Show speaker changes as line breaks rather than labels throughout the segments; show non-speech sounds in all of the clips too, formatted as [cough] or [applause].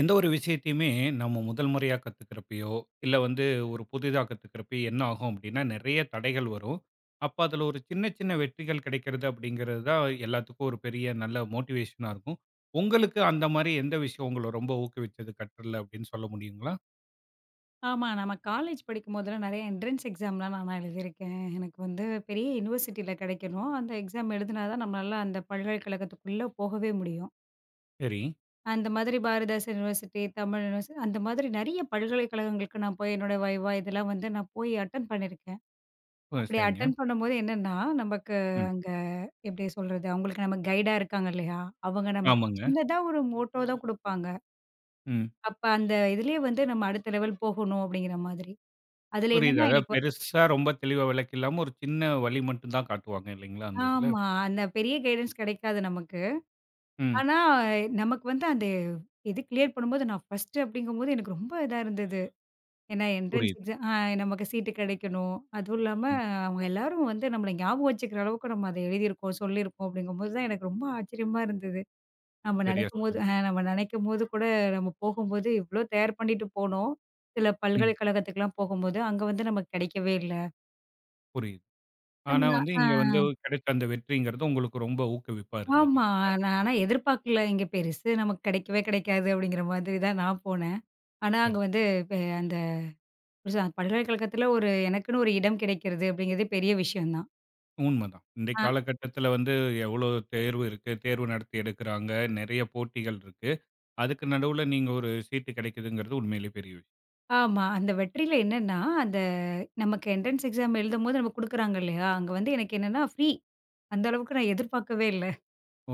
எந்த ஒரு விஷயத்தையுமே நம்ம முதல் முறையா கத்துக்கிறப்பயோ, இல்ல வந்து ஒரு புதிதா கத்துக்கிறப்பயோ என்ன ஆகும் அப்படின்னா, நிறைய தடைகள் வரும். அப்ப அதுல ஒரு சின்ன சின்ன வெற்றிகள் கிடைக்கிறது அப்படிங்கிறது தான் எல்லாத்துக்கும் ஒரு பெரிய நல்ல மோட்டிவேஷனா இருக்கும். உங்களுக்கு அந்த மாரி எந்த விஷயம் உங்கள ரொம்ப ஊக்குவிச்சது கற்றல்ல அப்படின்னு சொல்ல முடியுங்களா?
ஆமா. நம்ம காலேஜ் படிக்கும்போதெல்லாம் நெறைய என்ட்ரன்ஸ் எக்ஸாம்லாம் நானா எழுதியிருக்கேன். எனக்கு வந்து பெரிய யுனிவர்சிட்டில கிடைக்கணும். அந்த எக்ஸாம் எழுதுனா தான் நம்மளால அந்த பல்கலைக்கழகத்துக்குள்ள போகவே முடியும்.
சரி.
அந்த மாதிரி பாரதிதாசன் யுனிவர்சிட்டி, தமிழ் யுனிவர்சிட்டி அந்த மாதிரி நெறைய பல்கலைக்கழகங்களுக்கு நான் போய் என்னோட வைவா இதெல்லாம் வந்து நான் போய் அட்டெண்ட் பண்ணியிருக்கேன்.
ஓ!
அப்படி
சரிங்க.
அட்டெண்ட் பண்ணும்போது என்னன்னா, நமக்கு
ம்.
அங்க எப்படி சொல்றது? அவங்களுக்கு நம்ம கைடா இருக்காங்க இல்லையா? அவங்க நமக்கு
ஆமாங்க.
சின்னதா ஒரு மோட்டோ தான் குடுப்பாங்க.
ம்.
அப்ப அந்த இதுலயே வந்து நம்ம அடுத்த லெவல் போகணும் அப்படிங்கிற மாதிரி. அதுல
புரியுது.
என்னன்னா
அதாவது
எனக்கு
பெருசா ரொம்ப தெளிவா விளக்கில்லாம ஒரு சின்ன வழி மட்டும் தான் காட்டுவாங்க இல்லைங்களா? அந்த இதுல.
ஆமா. அந்த பெரிய கைடன்ஸ் கிடைக்காது நமக்கு.
ம்.
ஆனா, நமக்கு வந்து அந்த இது கிளியர் பண்ணும்போது நான் ஃபர்ஸ்ட்டு அப்படிங்கும்போது எனக்கு ரொம்ப இதா இருந்தது. ஏன்னா என்ட்ரன்ஸ்
புரியுது.
எக்ஸாம் நமக்கு சீட்டு கிடைக்கணும். அதுவும் இல்லாம
ம்.
அவங்க எல்லாரும் வந்து நம்மள ஞாபகம் வச்சுக்கிற அளவுக்கு நம்ம அத எழுதியிருக்கோம், சொல்லியிருக்கோம் அப்படிங்கும்போது தான் எனக்கு ரொம்ப ஆச்சரியமா இருந்தது. நம்ம
சரியா
நினைக்கும்போது
சொன்னீங்க.
ஆ நம்ம நினைக்கும்போது கூட நம்ம போகும்போது இவ்ளோ தயார் பண்ணிட்டு போனோம். சில
ம்.
பல்கலைக்கழகத்துக்குலாம் போகும்போது, அங்க வந்து நமக்கு கிடைக்கவே இல்ல.
புரியுது.
நம்ம
ஆனா
நா
வந்து
ஆ.
இங்க வந்து கிடைச்ச அந்த வெற்றிங்கிறது உங்களுக்கு ரொம்ப ஊக்குவிப்பா இருந்தது
ஆமா.
இல்லைங்களா?
நான் ஆனா எதிர்பார்க்கல. இங்க பெருசு நமக்கு கிடைக்கவே கிடைக்காது அப்படிங்கிற மாதிரி தான் நான் போனேன். ஆனா அங்க
சரி.
வந்து இப்ப அந்த பல்கலைக்கழகத்துல ஒரு எனக்குன்னு ஒரு இடம் கிடைக்கிறது அப்படிங்கிறதே பெரிய விஷயம் தான்.
உண்மதான். இன்றைய
அ
காலகட்டத்தில வந்து எவ்வளோ தேர்வு இருக்கு, தேர்வு நடத்தி எடுக்குறாங்க, நெறைய போட்டிகள் இருக்கு. அதுக்கு நடுவுல நீங்க ஒரு சீட்டு கிடைக்குதுங்கிறது உண்மையிலேயே பெரிய விஷயம்.
ஆமா. அந்த வெற்றில என்னன்னா, அந்த நமக்கு என்ட்ரன்ஸ் எக்ஸாம் எழுதும்போது நமக்கு குடுக்குறாங்க இல்லையா? அங்க வந்து எனக்கு என்னன்னா ஃப்ரீ. அந்த அளவுக்கு நான் எதிர்பார்க்கவே இல்ல.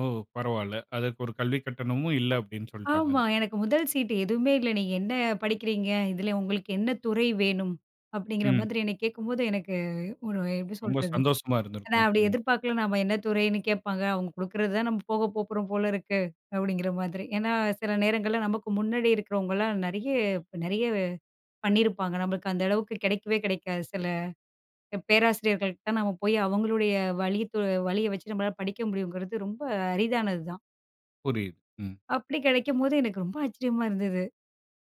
ஓ! பரவால்ல. அதற்கு ஒரு கல்வி கட்டணமும் இல்ல அப்படின்னு சொல்ட்டாங்க.
ஆமா. எனக்கு முதல் சீட்டு எதுவுமே இல்ல. நீங்க என்ன படிக்கிறீங்க? இதுல உங்களுக்கு என்ன துறை வேணும்? அப்படிங்கிற
ம்.
மாதிரி என்ன கேட்கும்போது எனக்கு ஒரு எப்படி
ரொம்ப
சொல்றது?
சந்தோஷமா
நான்
இருந்திருக்கும்.
அப்படி எதிர்பார்க்கல. நம்ம என்ன துறைன்னு கேட்பாங்க. அவங்க குடுக்குறது தான் நம்ம போக போப்போறோம் போல இருக்கு. அப்படிங்கிற மாதிரி. ஏன்னா, சில நேரங்கள்ல நமக்கு முன்னாடி இருக்கிறவங்கலாம் நெறைய நெறைய பண்ணியிருப்பாங்க. நம்மளுக்கு அந்த அளவுக்கு கிடைக்கவே கிடைக்காது. சில பேராசிரியர்கள்ட்ட தான் நம்ம போய் அவங்களுடைய வழி து வழிய வச்சு நம்மளால படிக்க முடியுங்கிறது ரொம்ப அரிதானது தான்.
புரியுது. ம்.
அப்படி கிடைக்கும்போது எனக்கு ரொம்ப ஆச்சரியமா இருந்தது.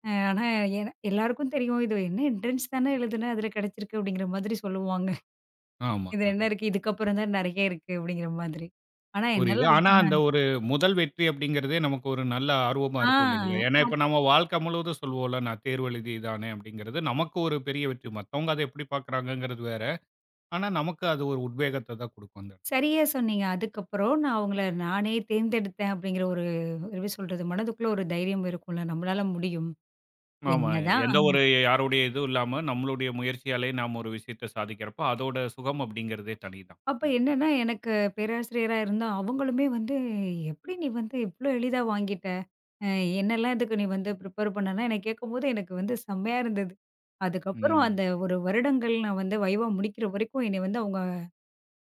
ஆனா எ எல்லாருக்கும் தெரியும். இது என்ன என்ட்ரன்ஸ் தானே எழுதுனேன். அதில கிடைச்சிருக்கு அப்படிங்கிற மாதிரி சொல்லுவாங்க.
ஆமா.
இது என்ன
ஆமா.
இருக்கு? இதுக்கப்புறம் தான் நெறைய இருக்கு அப்படிங்கிற மாதிரி. ஆனா என்னால
புரியுது. ஆனா, அந்த ஒரு முதல் வெற்றி அப்படிங்கிறதே நமக்கு ஒரு நல்ல ஆர்வமா
ஆ.
இருக்கும் இல்லைங்களா? ஏன்னா,
அது
இப்ப நம்ம வாழ்க்கை முழுவதும் சொல்வோம்ல, நான் தேர்வு எழுதிதானேன் அப்படிங்கிறது நமக்கு ஒரு பெரிய வெற்றி. மத்தவங்க அத எப்படி பார்க்குறாங்கங்கிறது வேற. ஆனா, நமக்கு அது ஒரு உத்வேகத்த தான் குடுக்கும் அந்த இடத்துல.
சரியா சொன்னீங்க. அதுக்கப்புறம் நான் அவங்கள நானே தேர்ந்தெடுத்தேன் அப்படிங்கிற ஒரு எப்படி சொல்றது? மனதுக்குள்ள ஒரு தைரியம் இருக்கும்ல. நம்மளால முடியும்.
ஆமா.
என்னதான்
எந்த ஒரு யாருடைய இதுவும் இல்லாம நம்மளுடைய முயற்சியாலே நாம ஒரு விஷயத்த சாதிக்கிறப்போ, அதோட சுகம் அப்படிங்கிறதே தனிதான்.
அப்ப
ம்.
என்னன்னா எனக்கு பேராசிரியரா இருந்தா அவங்களுமே வந்து, "எப்படி நீ வந்து இவ்ளோ எளிதா வாங்கிட்ட? அ என்னெல்லாம் இதுக்கு நீ வந்து ப்ரிப்பேர் பண்ணனா?" எனக்கு கேட்கும்போது எனக்கு வந்து செம்மையா இருந்தது. அதுக்கப்புறம்
ம்.
அந்த ஒரு வருடங்கள் நான் வந்து வைவா முடிக்கிற வரைக்கும் என்னைய வந்து அவங்க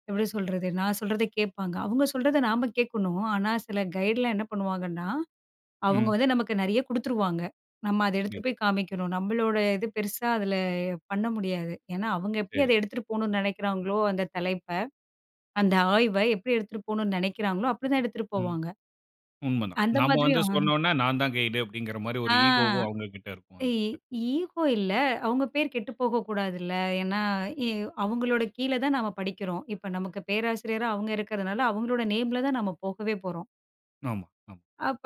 எப்படி சொல்றது? நான் சொல்றத கேட்பாங்க. அவங்க சொல்றத நாம கேட்கணும். ஆனா சில கைட்லாம் என்ன பண்ணுவாங்கன்னா அவங்க
ம்.
வந்து நமக்கு நெறைய குடுத்துருவாங்க. நம்ம அத எடுத்துட்டு
புரியுது.
போய் காமிக்கணும். நம்மளோட இது பெருசா அதுல பண்ண முடியாது. ஏன்னா, அவங்க எப்படி
சரி.
அத எடுத்துட்டு போணும்னு நெனைக்கிறாங்களோ, அந்த தலைப்ப, அந்த ஆய்வ எப்படி எடுத்துட்டு போணும்னு நெனைக்கிறாங்களோ, அப்படிதான் எடுத்துட்டு
ம்.
போவாங்க.
உண்மதான்.
அந்த
நாம
மாதிரி
வந்து சொன்னோம்னா, நான் தான் கைடு அப்படிங்கிற மாரி ஒரு
ஆ
ஈகோவும் அவங்க கிட்ட இருக்கும்
இ
அந்த இடத்துல.
ஈகோ இல்ல. அவங்க பேர் கெட்டு போகக்கூடாதுல்ல. ஏன்னா, இ அவங்களோட கீழ தான் நாம படிக்கிறோம். இப்ப நமக்கு பேராசிரியரா அவங்க இருக்கிறதுனால, அவங்களோட நேம்ல தான் நாம போகவே போறோம்.
ஆமா. ஆமா.
அப்ப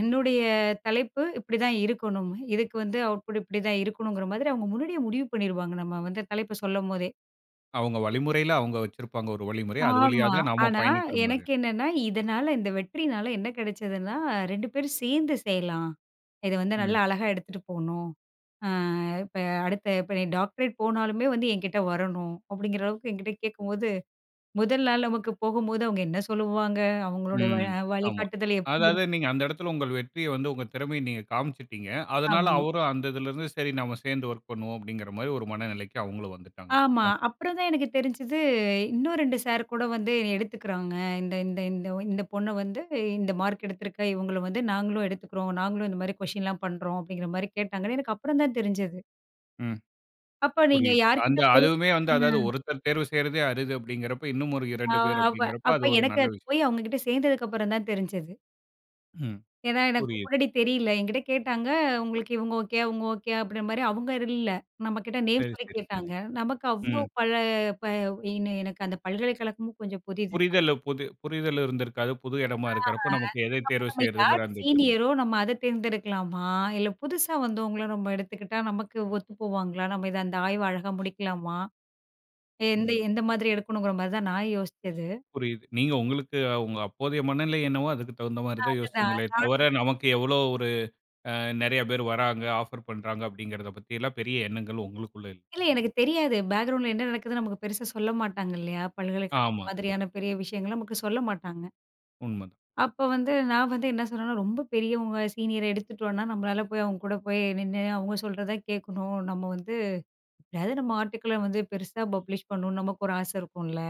என்னுடைய தலைப்பு இப்படிதான் இருக்கணும். இதுக்கு வந்து அவுட்புட் இப்படிதான் இருக்கணுங்கிற மாதிரி அவங்க முன்னாடியே முடிவு பண்ணிருவாங்க. நம்ம வந்து தலைப்ப சொல்லும்போதே.
அவங்க வழிமுறையில அவங்க வச்சிருப்பாங்க ஒரு வழிமுறை. அது வழியா
ஆமா.
தான் நாம
ஆனா
பயணிக்கிற மாரி.
எனக்கு என்னன்னா, இதனால இந்த வெற்றினால என்ன கிடைச்சதுன்னா, 2 பேரும் சேர்ந்து செய்யலாம். இத வந்து நல்லா
ம்.
அழகா எடுத்துட்டு போணும். ஆ இப்ப அடுத்த இப்ப நீ டாக்டரேட் போனாலுமே வந்து என்கிட்ட வரணும். அப்படிங்கிற அளவுக்கு என்கிட்ட கேட்கும்போது, முதல் நாள் நமக்கு போகும்போது அவங்க என்ன சொல்லுவாங்க? அவங்களோட
ம். ஆமா.
வழிகாட்டுதல் எப்படி இருக்கும்?
அதாவது நீங்க அந்த இடத்துல உங்கள் வெற்றிய வந்து உங்க திறமைய நீங்க காமிச்சுட்டீங்க. அதனால
ஆமா.
அவரும் அந்த இதுலருந்து சரி நாம சேர்ந்து ஒர்க் பண்ணுவோம் அப்படிங்கிற மாரி ஒரு மனநிலைக்கு அவங்களும் வந்துட்டாங்க
ஆமா.
இல்லைங்களா?
அப்புறம் தான் எனக்கு தெரிஞ்சது, இன்னும் 2 சார் கூட வந்து எடுத்துக்கிறாங்க. இந்த இந்த இந்த இந்த பொண்ணு வந்து இந்த மார்க் எடுத்திருக்கா, இவங்கள வந்து நாங்களும் எடுத்துக்கிறோம். நாங்களும் இந்த மாரி கொஸ்டின்லாம் பண்றோம் அப்படிங்கிற மாரி கேட்டாங்கன்னு எனக்கு அப்புறம் தான் தெரிஞ்சது.
ம்.
அப்ப நீங்க
புரியுது.
யார்கிட்ட
அந்த
போய்
அதுவுமே வந்து அதாவது ஒருத்தர் தேர்வு செய்றதே அரிது அப்படிங்கிறப்ப, இன்னும் ஒரு
அ
2 பேர்
அப்ப
அப்படிங்கிறப்ப
அப்ப
அது ஒரு
எனக்கு
நல்ல
அது
விஷயம்.
போய் அவங்க கிட்ட சேர்ந்ததுக்கு அப்புறம் தான் தெரிஞ்சது.
ம்.
ஏன்னா எனக்கு
புரியுது.
முன்னாடி தெரியல. என்கிட்ட கேட்டாங்க, உங்களுக்கு இவங்க ஓகே, அவங்க ஓகே அப்படின்ற மாரி அவங்க இல்ல. நம்மகிட்ட நேம்
சரி,
சொல்லி
சரி, சரி.
கேட்டாங்க. நமக்கு அவ்ளோ
ம்.
பல ப இன்னு எனக்கு அந்த பல்கலைக்கழகமும் கொஞ்சம் புதிது.
புரிதல் புது புரிதல் இருந்திருக்காது. புது இடமா இருக்கிறப்ப நமக்கு எதை
அப்ப
தேர்வு
நம்ம யாரு
செய்றதுங்கிற அந்த இது இருந்தது.
சீனியரோ நம்ம அத தேர்ந்தெடுக்கலாமா? இல்ல புதுசா வந்தவங்கள நம்ம எடுத்துக்கிட்டா நமக்கு ஒத்து போவாங்களா? நம்ம இத அந்த ஆய்வ அழகா முடிக்கலாமா? எந்த
ம்.
எந்த மாதிரி எடுக்கணுங்கிற மாரி தான் நான் யோசிச்சது.
புரியுது. நீங்க உங்களுக்கு உங்க அப்போதைய மனநிலை என்னவோ அதுக்கு தகுந்த மாரி தான்
அதுதான்.
யோசிச்சீங்களே தவிர, நமக்கு எவ்வளோ ஒரு அ நெறைய பேர் வராங்க, ஆஃபர் பண்றாங்க அப்படிங்கிறத பத்திலாம் பெரிய எண்ணங்கள் உங்களுக்குள்ள இல்ல.
இல்ல எனக்கு தெரியாது. பேக்கிரவுண்ட்ல என்ன நடக்குதுன்னு நமக்கு பெருசா சொல்ல மாட்டாங்க இல்லையா? பல்கலைக்கழகம்
ஆமா, ஆமா.
மாதிரியான பெரிய விஷயங்கள நமக்கு சொல்ல மாட்டாங்க.
உண்மதான்.
அப்ப வந்து நான் வந்து என்ன சொன்னேன்னா, ரொம்ப பெரியவங்க சீனியர எடுத்துட்டோம்னா, நம்மளால போய் அவங்க கூட போய் நின்னு அவங்க சொல்றத கேட்கணும். நம்ம வந்து எதாவது நம்ம ஆர்டிக்கிள வந்து பெருசா பப்ளிஷ் பண்ணணும்னு நமக்கு ஒரு ஆசை இருக்கும்ல.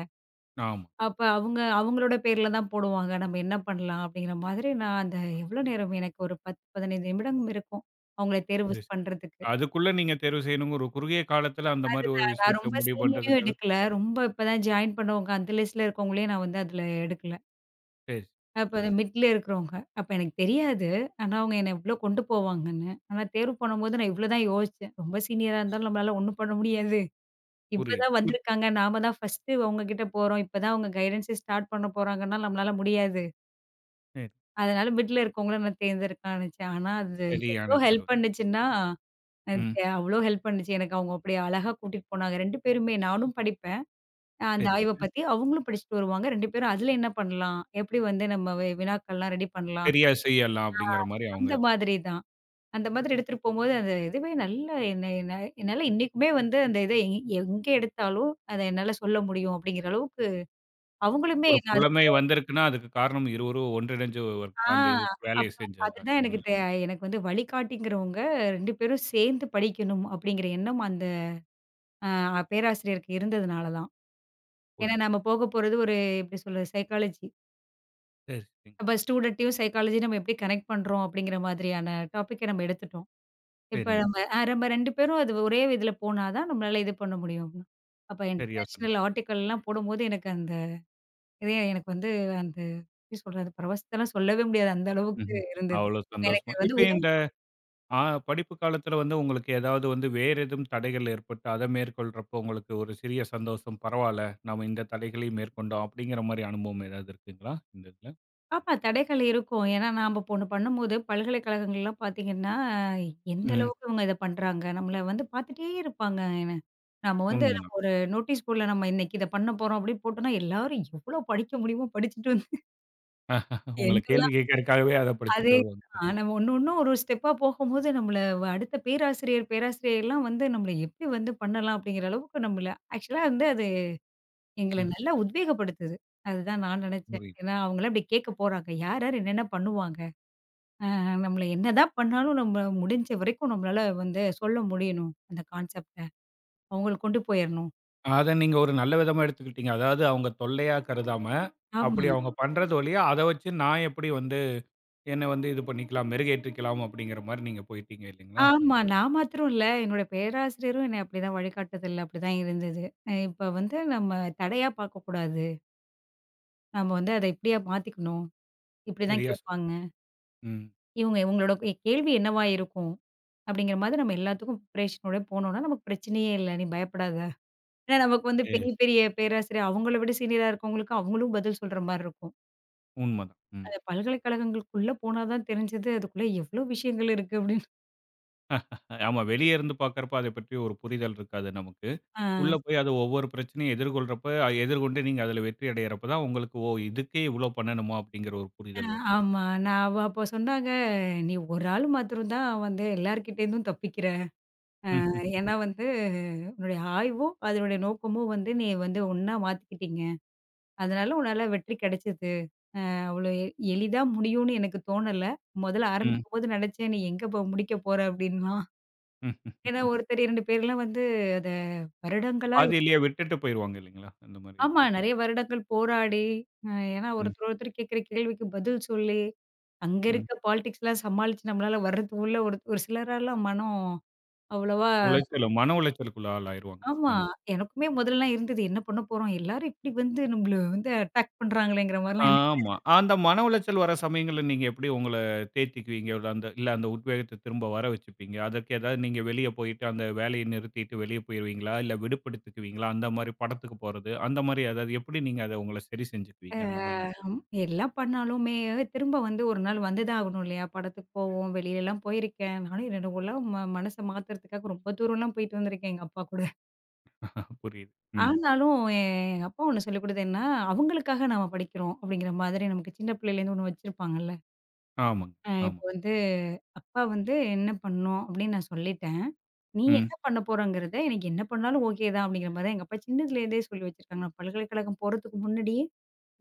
ஆமா.
அப்ப அவங்க அவங்களோட பேர்ல தான் போடுவாங்க. நம்ம என்ன பண்ணலாம்? அப்படிங்கிற மாதிரி நான் அந்த எவ்வளோ நேரம் எனக்கு ஒரு 10, 15 நிமிடம் இருக்கும். அவங்கள தேர்வு
சரி, சரி.
பண்றதுக்கு.
அதுக்குள்ள நீங்க தேர்வு செய்யணுங்கிற ஒரு குறுகிய காலத்துல அந்த மாரி ஒரு
அதுதான் நான்
விஷயத்த
ரொம்ப
முடிவு
சீனியரையும்
பண்றதுங்கிறது
எடுக்கல.
கொஞ்சம்
ரொம்ப இப்ப தான் ஜாயின் பண்ணவங்க அந்த லிஸ்ட்ல இருக்கவங்களையும் நான் வந்து அதுல எடுக்கல.
சரி.
அப்ப
ம்.
மிட்ல இருக்கிறவங்க. அப்ப எனக்கு தெரியாது. ஆனா அவங்க என்ன இவ்ளோ கொண்டு போவாங்கன்னு. ஆனா தேர்வு பண்ணும்போது நான் இவ்ளோ தான் யோசிச்சேன். ரொம்ப சீனியரா இருந்தாலும் நம்மளால ஒண்ணும் பண்ண முடியாது. இப்ப
புரியுது.
தான்
இப்
வந்திருக்காங்க. நாம தான் ஃபர்ஸ்ட்டு அவங்க கிட்ட போறோம். இப்ப தான் அவங்க கைடன்ஸே ஸ்டார்ட் பண்ண போறாங்கன்னா நம்மளால முடியாது.
சரி.
அதனால மிடில்ல இருக்கவங்கள நான் தேர்ந்தெடுக்கலான்னுச்சு. ஆனா அது
சரியான
எவ்ளோ
தேர்வு.
ஹெல்ப் பண்ணுச்சுன்னா, அது
ம்.
அவ்ளோ ஹெல்ப் பண்ணுச்சு. எனக்கு அவங்க அப்படி அழகா கூட்டிட்டு போனாங்க. 2 பேருமே நானும் படிப்பேன். அந்த ஆய்வ
சரிங்க.
பத்தி. அவங்களும் படிச்சுட்டு வருவாங்க. 2 பேரும் அதுல என்ன பண்ணலாம்? எப்படி வந்து நம்ம வினாக்கள்லாம் ரெடி பண்ணலாம்?
சரியா செய்யலாம்
ஆ
அப்படிங்கிற மாரி அவங்க
அந்த
இது
மாதிரி தான். அந்த மாதிரி எடுத்துட்டு போம்போது, அந்த இதுவே நல்ல என்ன என்ன என்னால இன்னைக்குமே வந்து அந்த இத எங்க எடுத்தாலும், அத என்னால சொல்ல முடியும் அப்படிங்கிற அளவுக்கு அவங்களுமே
ஒரு
நான்
புலமை வந்திருக்குன்னா, அதுக்கு காரணம் இருவரும் ஒன்றிணைஞ்சு ஒரு
ஆ.
அந்த இது வேலைய
அப்ப
செஞ்சது தான்
அதுதான் எனக்கு
இல்லைங்களா?
எனக்கு வந்து வழிகாட்டிங்கிறவங்க 2 பேரும் சேர்ந்து படிக்கணும் அப்படிங்கிற எண்ணம் அந்த பேராசிரியருக்கு இருந்ததுனால தான். ஏன்னா
புரியுது.
நம்ம போக போறது ஒரு எப்படி சொல்றது? சைக்காலஜி.
சரி, சரி.
நம்ம ஸ்டூடண்ட்டையும் சைக்காலஜி நம்ம எப்படி கனெக்ட் பண்றோம் அப்படிங்கிற மாதிரியான டாபிக்க நம்ம எடுத்துட்டோம். இப்ப
சரிங்க.
நம்ம நம்ம 2 பேரும் அது ஒரே இதுல போனா தான் நம்மளால இது பண்ண முடியும். அப்ப
சரியா சொன்னீங்க.
இன்டர்நேஷனல் ஆர்டிக்கல்லாம் போடும்போது எனக்கு அந்த இதே எனக்கு வந்து அந்த எப்படி சொல்றது? பரவசத்தலாம் சொல்லவே முடியாது. அந்த அளவுக்கு
ம்ஹ்ம்.
இருந்தது.
அவ்வளோ
அவங்க
சந்தோஷமா
எனக்கு வந்து
இப்ப
உதவி
இந்த ஆ படிப்பு காலத்துல வந்து உங்களுக்கு ஏதாவது வந்து வேறு எதுவும் தடைகள் ஏற்பட்டு, அத மேற்கொள்றப்போ உங்களுக்கு ஒரு சிறிய சந்தோஷம், பரவால்ல நம்ம இந்த தடைகளையும் மேற்கொண்டோம் அப்படிங்கிற மாரி அனுபவம் ஏதாவது இருக்குங்களா? இந்த இதுல.
ஆமா. தடைகள் இருக்கும். ஏன்னா, நாம இப்ப ஒண்ணு பண்ணும்போது பல்கலைக்கழகங்கள்லாம் பார்த்தீங்கன்னா, எந்த
ம்.
அளவுக்கு இவங்க இத பண்றாங்க? நம்மள வந்து பார்த்துட்டே இருப்பாங்க. ஏன்னா, நம்ம வந்து நம்ம
உண்மதான்.
ஒரு நோட்டீஸ் போர்ட்ல நம்ம இன்னைக்கு இத பண்ண போறோம் அப்படின்னு போட்டோம்னா, எல்லாரும் எவ்வளோ படிக்க முடியுமோ படிச்சுட்டு வந்து [laughs]
உங்கள [laughs] கேள்வி
என்னலாம்
கேட்கறதுக்காகவே அத படிச்சுட்டு
அதே
வருவாங்க.
ஆ நம்ம ஒண்ணு ஒண்ணு ஒரு ஸ்டெப்பா போகும்போது நம்மள அடுத்த பேராசிரியர், பேராசிரியைலாம் வந்து நம்மள எப்படி வந்து பண்ணலாம் அப்படிங்கிற அளவுக்கு நம்மள ஆக்சுவலா வந்து அது எங்கள
ம்.
நல்லா உத்வேகப்படுத்துது. அதுதான் நான் நெனச்சேன்.
புரியுது.
ஏன்னா, அவங்கலாம் இப்படி கேட்க போறாங்க. யார் யார் என்னென்ன பண்ணுவாங்க? நம்மள என்னதான் பண்ணாலும் நம்ம முடிஞ்ச வரைக்கும் நம்மளால வந்து சொல்ல முடியணும். அந்த கான்செப்ட்ட. அவங்களுக்கு கொண்டு போயிரணும்.
அத நீங்க ஒரு நல்ல விதமா எடுத்துக்கிட்டீங்க. அதாவது அவங்க தொல்லையா கருதாம,
ஆமா.
அப்படி அவங்க பண்றது வழியா, அத வச்சு நான் எப்படி வந்து என்ன வந்து இது பண்ணிக்கலாம், மெருகேற்றிக்கலாம் அப்படிங்கிற மாரி நீங்க போயிட்டீங்க இல்லைங்களா?
ஆமா. நான் மாத்திரம் இல்ல. என்னோட பேராசிரியரும் என்னை அப்படிதான் வழிகாட்டுதல் அப்படிதான் இருந்தது. இப்ப வந்து நம்ம தடையா பார்க்கக்கூடாது. நம்ம வந்து அத இப்படியா மாத்திக்கணும். இப்படிதான்
சரியா சொன்னீங்க.
கேட்பாங்க.
ம்.
இவங்க இவங்களோட கேள்வி என்னவா இருக்கும்? அப்படிங்கிற மாதிரி நம்ம எல்லாத்துக்கும் ப்ரிப்பரேஷனோட போனோம்னா நமக்கு பிரச்சனையே இல்ல. நீ பயப்படாத. ஏன்னா நமக்கு வந்து
ஏ.
பெரிய பெரிய பேராசிரியர் அவங்கள விட சீனியரா இருக்கவங்களுக்கு அவங்களும் பதில் சொல்ற மாரி இருக்கும்.
உண்மதான். ம்.
அந்த பல்கலைக்கழகங்களுக்குள்ள போனா தான் தெரிஞ்சது, அதுக்குள்ள எவ்ளோ விஷயங்கள் இருக்கு அப்படின்னு.
ஆமா வெளிய இருந்து பார்க்கறப்ப அத பற்றி ஒரு புரிதல் இருக்காது நமக்கு.
ஆ.
உள்ள போய் அது ஒவ்வொரு பிரச்சனையும் எதிர்கொள்றப்ப, அ- எதிர்கொண்டு நீங்க அதுல வெற்றி அடையறப்ப தான் உங்களுக்கு, ஓ! இதுக்கே இவ்ளோ பண்ணணுமா? அப்படிங்கிற ஒரு
அ
புரிதல் வருது.
ஆமா. நான் அப்போ சொன்னாங்க, "நீ ஒரு ஆள் மாத்திரம் தான் வந்து எல்லார்கிட்டேருந்தும் தப்பிக்கிற.
ம்,
ஏன்னா வந்து உன்னுடைய ஆய்வும், அதனுடைய நோக்கமும் வந்து நீ வந்து ஒண்ணா மாத்திக்கிட்டீங்க. அதனால உன்னால வெற்றி கிடைச்சது. அவ்வளோ எளிதா முடியும்னு எனக்கு தோணல. முதல்ல
ம்,
ஆரம்பிக்கும்போது நினைச்சேன், நீ எங்க போ முடிக்க போற?" அப்படின்னுவான்.
ம்.
ஏன்னா ஒருத்தர் 2 பேர்லாம் வந்து அத வருடங்களா
பாதியிலேயே விட்டுட்டு போயிருவாங்க இல்லைங்களா? அந்த மாரி
ஆமா.
இதுக்கு.
நெறைய வருடங்கள் போராடி, அ ஏன்னா
ம்,
ஒருத்தர் ஒருத்தர் கேட்கிற கேள்விக்கு பதில் சொல்லி, அங்க
ம்.
இருக்க பாலிடிக்ஸ்லாம் சமாளிச்சு நம்மளால வர்றது உள்ள ஒரு ஒரு சிலராலாம் மனம் அவ்வளவா
உளைச்சல், மன உளைச்சலுக்குள்ள ஆளாயிருவாங்க.
ஆமா.
அந்த
எனக்குமே முதல்லலாம் இருந்தது. என்ன பண்ண போறோம்? எல்லாரும் இப்படி வந்து நம்மள வந்து அட்டாக் பண்றாங்களேங்கிற மாரிலாம் எனக்கு
ஆமா. அந்த மன உளைச்சல் வர சமயங்கள்ல நீங்க எப்படி உங்கள தேத்திக்குவீங்க? ஒரு அந்த இல்ல அந்த உத்வேகத்த திரும்ப வர வச்சுப்பீங்க. அதற்கு ஏதாவது நீங்க வெளிய போயிட்டு அந்த வேலைய நிறுத்திட்டு வெளிய போயிருவீங்களா? இல்ல விடுப்பெடுத்துக்குவீங்களா? அந்த மாரி படத்துக்கு போறது, அந்த மாரி ஏதாவது எப்படி நீங்க அத உங்கள சரி செஞ்சுக்குவீங்க? அந்த மாரி
அ எல்லாம் பண்ணாலுமே திரும்ப வந்து ஒரு நாள் வந்து தான் ஆகணும் இல்லையா? படத்துக்கு போவோம். வெளியிலலாம் போயிருக்கேன். நானும் என்னோட உள்ள மனச மாத்துறதுக்காக ரொம்ப தூரம்லாம் போயிட்டு வந்திருக்கேன் எங்க அப்பா கூட.
[laughs] புரியுது. ம்.
ஆனாலும் என் அப்பா ஒண்ணு சொல்லிக் குடுத்தது என்ன, அவங்களுக்காக நாம படிக்கிறோம் அப்படிங்கிற மாதிரி நமக்கு சின்ன பிள்ளையிலேருந்து ஒண்ணு வச்சிருப்பாங்கல்ல.
ஆமாங்க.
இப்ப
ஆமா.
வந்து அப்பா வந்து என்ன பண்ணும் அப்படின்னு நான் சொல்லிட்டேன். நீ
ம்.
என்ன பண்ண போறங்கிறத எனக்கு என்ன பண்ணாலும் ஓகே தான் அப்படிங்கிற மாரி தான் எங்க அப்பா சின்னதுலேருந்தே சொல்லி வச்சிருக்காங்க. நான் பல்கலைக்கழகம் போறதுக்கு முன்னாடியே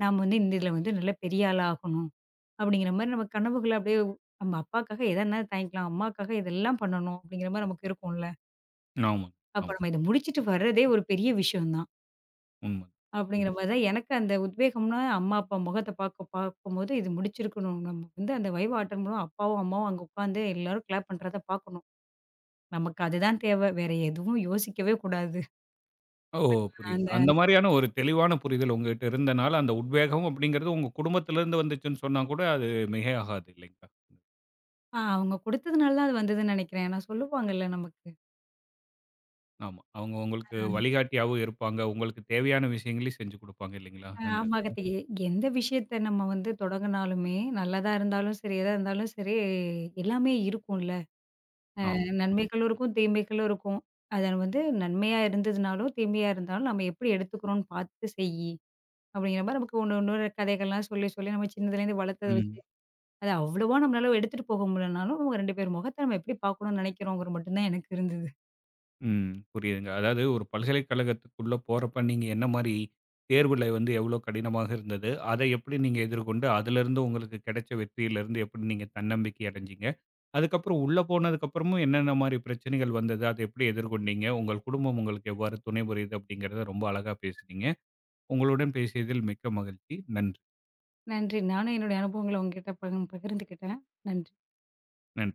நாம வந்து இந்த இதுல வந்து நல்ல பெரிய ஆளா ஆகணும். அப்படிங்கிற மாரி நம்ம கனவுகள அப்படியே நம்ம அப்பாக்காக எதா இருந்தாலும் தாங்கிக்கலாம். அம்மாக்காக இதெல்லாம் பண்ணணும் அப்படிங்கிற மாரி நமக்கு இருக்கும்ல.
ஆமாங்க.
அப்ப
ஆமா.
நம்ம இத முடிச்சுட்டு வர்றதே ஒரு பெரிய விஷயம் தான்.
உண்ம.
அப்படிங்கிற
ம்.
மாரி தான் எனக்கு அந்த உத்வேகம்னா, அம்மா, அப்பா முகத்த பாக்க பாக்கும்போது இது முடிச்சிருக்கணும். நம்ம வந்து அந்த வைவா அட்டெண்ட் பண்ணுவோம். அப்பாவும், அம்மாவும் அங்க உட்காந்து எல்லாரும் கிளாப் பண்றத பாக்கணும். நமக்கு அதுதான் தேவை. வேற எதுவும் யோசிக்கவே கூடாது.
ஓ! புரியுது.
அந்த
அந்த மாரியான ஒரு தெளிவான புரிதல் உங்ககிட்ட இருந்தனால, அந்த உத்வேகம் அப்படிங்கிறது உங்க குடும்பத்திலிருந்து வந்துச்சுன்னு சொன்னா கூட அது மிகையாகாது இல்லைங்களா?
ஆ அவங்க குடுத்ததுனால தான் அது வந்ததுன்னு நெனைக்கிறேன். நான் சொல்லுவாங்கல்ல நமக்கு.
ஆமா. அவங்க உங்களுக்கு வழிகாட்டியாவும் இருப்பாங்க. உங்களுக்கு தேவையான விஷயங்களையும் செஞ்சு குடுப்பாங்க இல்லைங்களா? அந்த
ஆமா
இதுல.
எந்த விஷயத்த நம்ம வந்து தொடங்குனாலுமே, நல்லதா இருந்தாலும் சரி, எதா இருந்தாலும் சரி, எல்லாமே இருக்கும்ல.
ஆமா.
நன்மைகளும் இருக்கும், தீமைகளும் இருக்கும். அத வந்து நன்மையா இருந்ததுனாலும், தீமையா இருந்தாலும் நம்ம எப்படி எடுத்துக்கிறோம்னு பாத்து செய்யி. அப்படிங்கிற மாரி நமக்கு ஒண்ணு ஒண்ணு கதைகள்லாம் சொல்லி, சொல்லி நம்ம சின்னதுலேருந்து வளர்த்தத வச்சு,
ம்.
அது அவ்வளவா நம்மளால எடுத்துட்டு போக முடியலனாலும், அவங்க 2 பேர் முகத்த நம்ம எப்படி பார்க்கணும்னு நினைக்கிறோங்கிறது மட்டும் தான் எனக்கு இருந்தது.
ம். புரியுதுங்க. அதாவது ஒரு பல்கலைக்கழகத்துக்குள்ள போறப்ப நீங்க என்ன மாரி தேர்வுல வந்து எவ்ளோ கடினமாக இருந்தது? அதை எப்படி நீங்க எதிர்கொண்டு, அதிலிருந்து உங்களுக்கு கிடைச்ச வெற்றியிலிருந்து எப்படி நீங்க தன்னம்பிக்கை அடைஞ்சீங்க? அதுக்கப்புறம் உள்ள போனதுக்கப்புறமும் என்னென்ன மாரி பிரச்சனைகள் வந்தது? அதை எப்படி எதிர்கொண்டீங்க? உங்கள் குடும்பம் உங்களுக்கு எவ்வாறு துணை புரியுது? அப்படிங்கிறத ரொம்ப அழகா பேசுனீங்க. உங்களுடன் பேசியதில் மிக்க மகிழ்ச்சி. நன்றி.
நன்றி. நானும் என்னுடைய அனுபவங்கள உங்ககிட்ட பகிர்ந்துக்கிட்டேன். நன்றி.
நன்றி.